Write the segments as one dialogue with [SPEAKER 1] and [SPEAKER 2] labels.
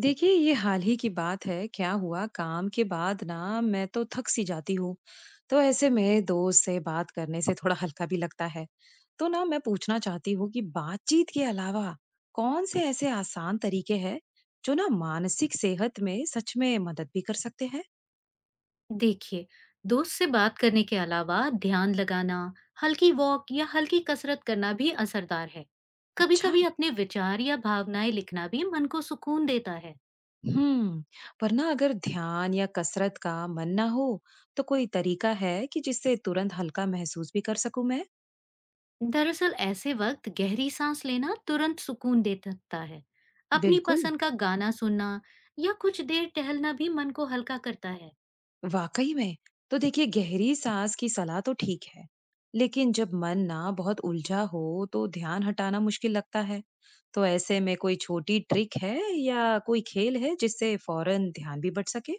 [SPEAKER 1] देखिए ये हाल ही की बात है। क्या हुआ, काम के बाद ना मैं तो थक सी जाती हूँ। तो ऐसे में दोस्त से बात करने से थोड़ा हल्का भी लगता है। तो ना मैं पूछना चाहती हूँ कि बातचीत के अलावा कौन से ऐसे आसान तरीके हैं जो ना मानसिक सेहत में सच में मदद भी कर सकते हैं।
[SPEAKER 2] देखिए, दोस्त से बात करने के अलावा ध्यान लगाना, हल्की वॉक या हल्की कसरत करना भी असरदार है। कभी
[SPEAKER 1] अच्छा।
[SPEAKER 2] कभी अपने विचार या भावनाएं लिखना भी मन को सुकून देता है।
[SPEAKER 1] हम्म। पर ना अगर ध्यान या कसरत का मन ना हो तो कोई तरीका है कि जिससे तुरंत हल्का महसूस भी कर सकूं मैं।
[SPEAKER 2] दरअसल ऐसे वक्त गहरी सांस लेना तुरंत सुकून दे सकता है। अपनी
[SPEAKER 1] बिल्कुल।
[SPEAKER 2] पसंद का गाना सुनना या कुछ देर टहलना भी मन को हल्का करता है।
[SPEAKER 1] वाकई में। तो देखिए गहरी सांस की सलाह तो ठीक है लेकिन जब मन ना बहुत उलझा हो तो ध्यान हटाना मुश्किल लगता है। तो ऐसे में कोई छोटी ट्रिक है या कोई खेल है जिससे फौरन ध्यान भी बट सके।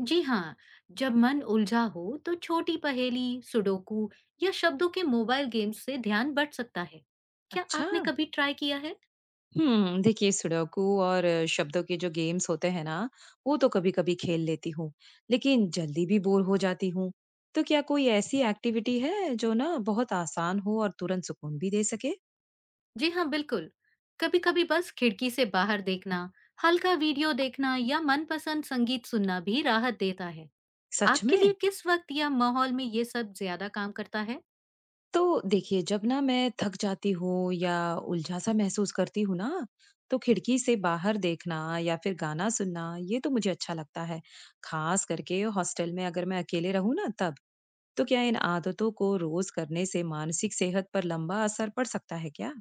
[SPEAKER 2] जी हाँ, जब मन उलझा हो तो छोटी पहेली, सुडोकू या शब्दों के मोबाइल गेम्स से ध्यान बट सकता है। क्या
[SPEAKER 1] अच्छा।
[SPEAKER 2] आपने कभी ट्राई किया है?
[SPEAKER 1] हम्म। देखिए सुडोकू और शब्दों के जो गेम्स होते हैं ना वो तो कभी कभी खेल लेती हूँ लेकिन जल्दी भी बोर हो जाती हूँ। तो क्या कोई ऐसी एक्टिविटी है जो ना बहुत आसान हो और तुरंत सुकून भी दे सके।
[SPEAKER 2] जी हाँ, बिल्कुल। कभी कभी बस खिड़की से बाहर देखना, हल्का वीडियो देखना या मनपसंद संगीत सुनना भी राहत देता है।
[SPEAKER 1] सच
[SPEAKER 2] आपके
[SPEAKER 1] में।
[SPEAKER 2] लिए किस वक्त या माहौल में ये सब ज्यादा काम करता है?
[SPEAKER 1] तो देखिए जब ना मैं थक जाती हूँ या उलझा सा महसूस करती हूँ ना तो खिड़की से बाहर देखना या फिर गाना सुनना ये तो मुझे अच्छा लगता है। खास करके हॉस्टल में अगर मैं अकेले रहूँ ना तब। तो क्या इन आदतों को रोज करने से मानसिक सेहत पर लंबा असर पड़ सकता है क्या।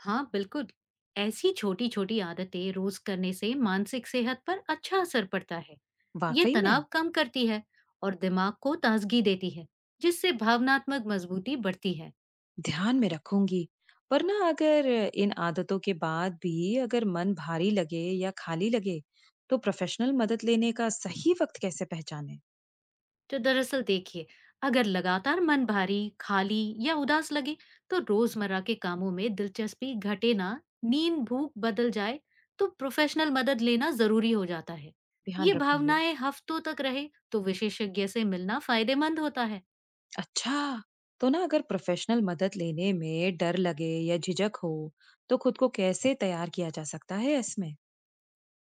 [SPEAKER 2] हाँ बिल्कुल, ऐसी छोटी छोटी आदतें रोज करने से मानसिक सेहत पर अच्छा असर पड़ता है। ये
[SPEAKER 1] वाकई में।
[SPEAKER 2] तनाव कम करती है और दिमाग को ताजगी देती है, जिससे भावनात्मक मजबूती बढ़ती है।
[SPEAKER 1] ध्यान में रखूंगी। पर ना अगर इन आदतों के बाद भी अगर मन भारी लगे या खाली लगे तो प्रोफेशनल मदद लेने का सही वक्त कैसे पहचाने।
[SPEAKER 2] तो दरअसल देखिए, अगर लगातार मन भारी, खाली या उदास लगे, तो रोजमर्रा के कामों में दिलचस्पी घटे, ना नींद भूख बदल जाए, तो प्रोफेशनल मदद लेना जरूरी हो जाता है।
[SPEAKER 1] ध्यान
[SPEAKER 2] ये
[SPEAKER 1] रखूंगी।
[SPEAKER 2] भावनाएं हफ्तों तक रहे तो विशेषज्ञ से मिलना फायदेमंद होता है।
[SPEAKER 1] अच्छा! तो ना अगर प्रोफ़ेशनल मदद लेने में डर लगे या झिझक हो, तो खुद को कैसे तैयार किया जा सकता है इसमें?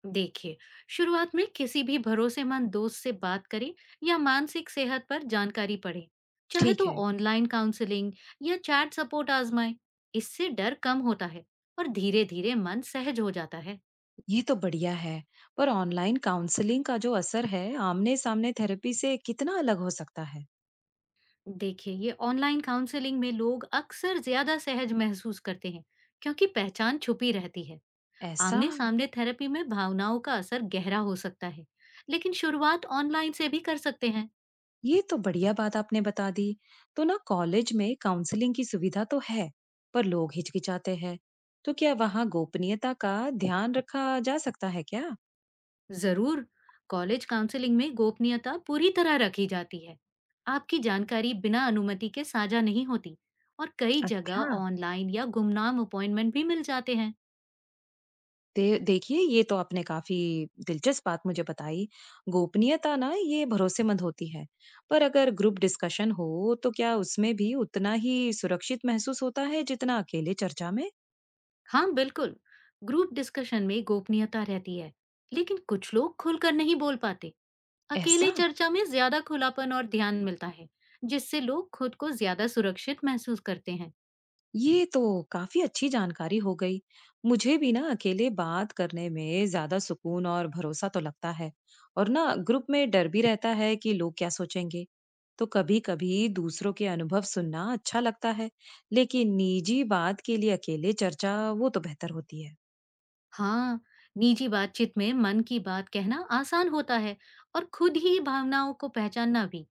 [SPEAKER 2] देखिए, शुरुआत में किसी भी भरोसेमंद दोस्त से बात करें या मानसिक सेहत पर जानकारी पढ़ें। चाहे
[SPEAKER 1] ठीक
[SPEAKER 2] तो
[SPEAKER 1] है।
[SPEAKER 2] ऑनलाइन काउंसलिंग या चैट सपोर्ट आजमाएं। इससे डर कम होता है और धीरे धीरे मन सहज हो जाता है।
[SPEAKER 1] ये तो बढ़िया है। पर ऑनलाइन काउंसलिंग का जो असर है, आमने-सामने थेरेपी से कितना अलग हो सकता है?
[SPEAKER 2] देखिए, ये ऑनलाइन काउंसलिंग में लोग अक्सर ज्यादा सहज महसूस करते हैं, क्योंकि पहचान छुपी रहती है।
[SPEAKER 1] ऐसा?
[SPEAKER 2] आमने सामने थेरेपी में भावनाओं का असर गहरा हो सकता है, लेकिन शुरुआत ऑनलाइन से भी कर सकते हैं।
[SPEAKER 1] ये तो बढ़िया बात आपने बता दी। तो ना कॉलेज में काउंसलिंग की सुविधा तो है, पर लोग हिचकिचाते हैं। तो क्या वहाँ गोपनीयता का ध्यान रखा जा सकता है क्या?
[SPEAKER 2] जरूर, कॉलेज काउंसलिंग में गोपनीयता पूरी तरह रखी जाती है। आपकी जानकारी बिना अनुमति के साझा नहीं होती, और कई
[SPEAKER 1] अच्छा।
[SPEAKER 2] जगह ऑनलाइन या गुमनाम अपॉइंटमेंट भी मिल जाते हैं।
[SPEAKER 1] दे देखिए, ये तो आपने काफ़ी दिलचस्प बात मुझे बताई। गोपनीयता ना ये भरोसेमंद होती है, पर अगर ग्रुप डिस्कशन हो, तो क्या उसमें भी उतना ही सुरक्षित महसूस होता है जितना अकेले चर्चा में?
[SPEAKER 2] हाँ बिल्कुल, ग्रुप डिस्कशन में गोपनीयता रहती है, लेकिन कुछ लोग खुलकर नहीं बोल पाते।
[SPEAKER 1] ऐसा?
[SPEAKER 2] अकेले चर्चा में ज्यादा खुलापन और ध्यान मिलता है, जिससे लोग खुद को ज्यादा सुरक्षित महसूस करते हैं।
[SPEAKER 1] ये तो काफी अच्छी जानकारी हो गई। मुझे भी ना अकेले बात करने में ज्यादा सुकून और भरोसा तो लगता है और ना ग्रुप में डर भी रहता है कि लोग क्या सोचेंगे। तो कभी कभी दूसरों के अनुभव सुनना अच्छा लगता है लेकिन निजी बात के लिए अकेले चर्चा वो तो बेहतर होती है।
[SPEAKER 2] हाँ, निजी बातचीत में मन की बात कहना आसान होता है, और खुद ही भावनाओं को पहचानना भी।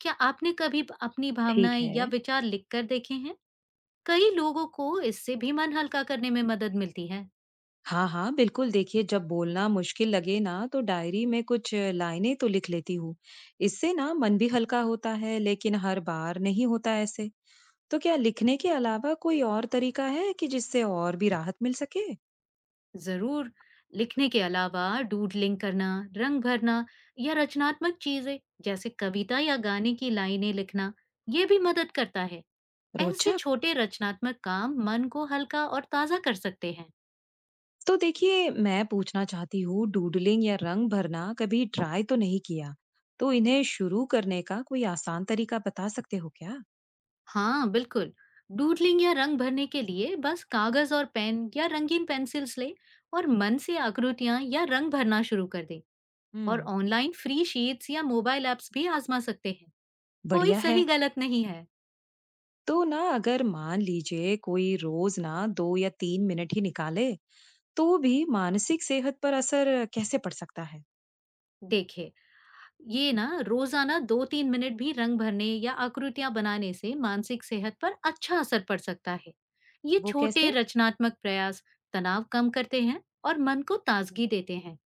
[SPEAKER 2] क्या आपने कभी अपनी
[SPEAKER 1] ठीक
[SPEAKER 2] भावनाएं या
[SPEAKER 1] है।
[SPEAKER 2] विचार लिख कर देखे हैं? कई लोगों को इससे भी मन हल्का करने में मदद मिलती है।
[SPEAKER 1] हाँ हाँ बिल्कुल। देखिए जब बोलना मुश्किल लगे ना तो डायरी में कुछ लाइनें तो लिख लेती हूँ। इससे ना मन भी हल्का होता है लेकिन हर बार नहीं होता ऐसे। तो क्या लिखने के अलावा कोई और तरीका है कि जिससे और भी राहत मिल सके?
[SPEAKER 2] जरूर, लिखने के अलावा डूडलिंग करना, रंग भरना या रचनात्मक चीजें जैसे कविता या गाने की लाइनें लिखना, ये भी मदद करता है। ऐसे
[SPEAKER 1] रोचक।
[SPEAKER 2] छोटे रचनात्मक काम मन को हल्का और ताजा कर सकते हैं।
[SPEAKER 1] तो देखिए, मैं पूछना चाहती हूँ, डूडलिंग या रंग भरना कभी ट्राई तो नहीं किया। तो इन्हें शुरू करने का कोई आसान तरीका बता सकते हो क्या?
[SPEAKER 2] हाँ बिल्कुल, डूडलिंग या रंग भरने के लिए बस कागज और पेन या रंगीन पेंसिल्स ले और मन से आकृतियां या रंग भरना शुरू कर दें। और
[SPEAKER 1] हम्म।
[SPEAKER 2] ऑनलाइन फ्री शीट्स या मोबाइल ऐप्स भी आजमा सकते हैं। कोई
[SPEAKER 1] बढ़िया है।
[SPEAKER 2] सही गलत नहीं है।
[SPEAKER 1] तो ना अगर मान लीजिए कोई रोज ना 2 या 3 मिनट ही निकाले, तो भी मानसिक सेहत पर असर कैसे पड़ सकता है?
[SPEAKER 2] देखिए, ये ना रोजाना दो तीन मिनट भी रंग भरने या आकृतियां बनाने से मानसिक सेहत पर अच्छा असर पड़ सकता है। ये
[SPEAKER 1] वो
[SPEAKER 2] छोटे
[SPEAKER 1] कैसे?
[SPEAKER 2] रचनात्मक प्रयास तनाव कम करते हैं और मन को ताजगी देते हैं।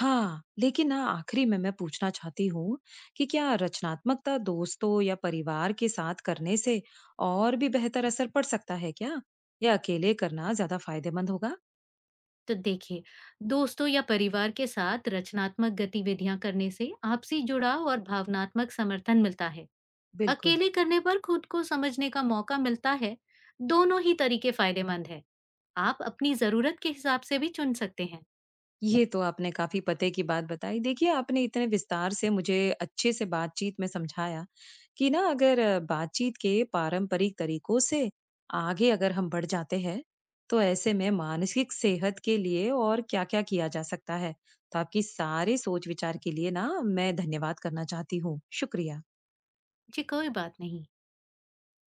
[SPEAKER 1] हाँ, लेकिन ना आखिरी में मैं पूछना चाहती हूँ कि क्या रचनात्मकता दोस्तों या परिवार के साथ करने से और भी बेहतर असर पड़ सकता है क्या? या अकेले करना ज्यादा फायदेमंद होगा?
[SPEAKER 2] तो देखिए, दोस्तों या परिवार के साथ रचनात्मक गतिविधियां करने से आपसी जुड़ाव और भावनात्मक समर्थन मिलता है।
[SPEAKER 1] बिल्कुल।
[SPEAKER 2] अकेले करने पर खुद को समझने का मौका मिलता है। दोनों ही तरीके फायदेमंद है। आप अपनी जरूरत के हिसाब से भी चुन सकते हैं।
[SPEAKER 1] ये तो आपने काफी पते की बात बताई। देखिए, आपने इतने विस्तार से मुझे अच्छे से बातचीत में समझाया कि ना अगर बातचीत के पारंपरिक तरीकों से आगे अगर हम बढ़ जाते हैं, तो ऐसे में मानसिक सेहत के लिए और क्या-क्या किया जा सकता है। तो आपकी सारे सोच-विचार के लिए ना मैं धन्यवाद करना चाहती हूँ। शुक्रिया।
[SPEAKER 2] जी कोई बात नहीं।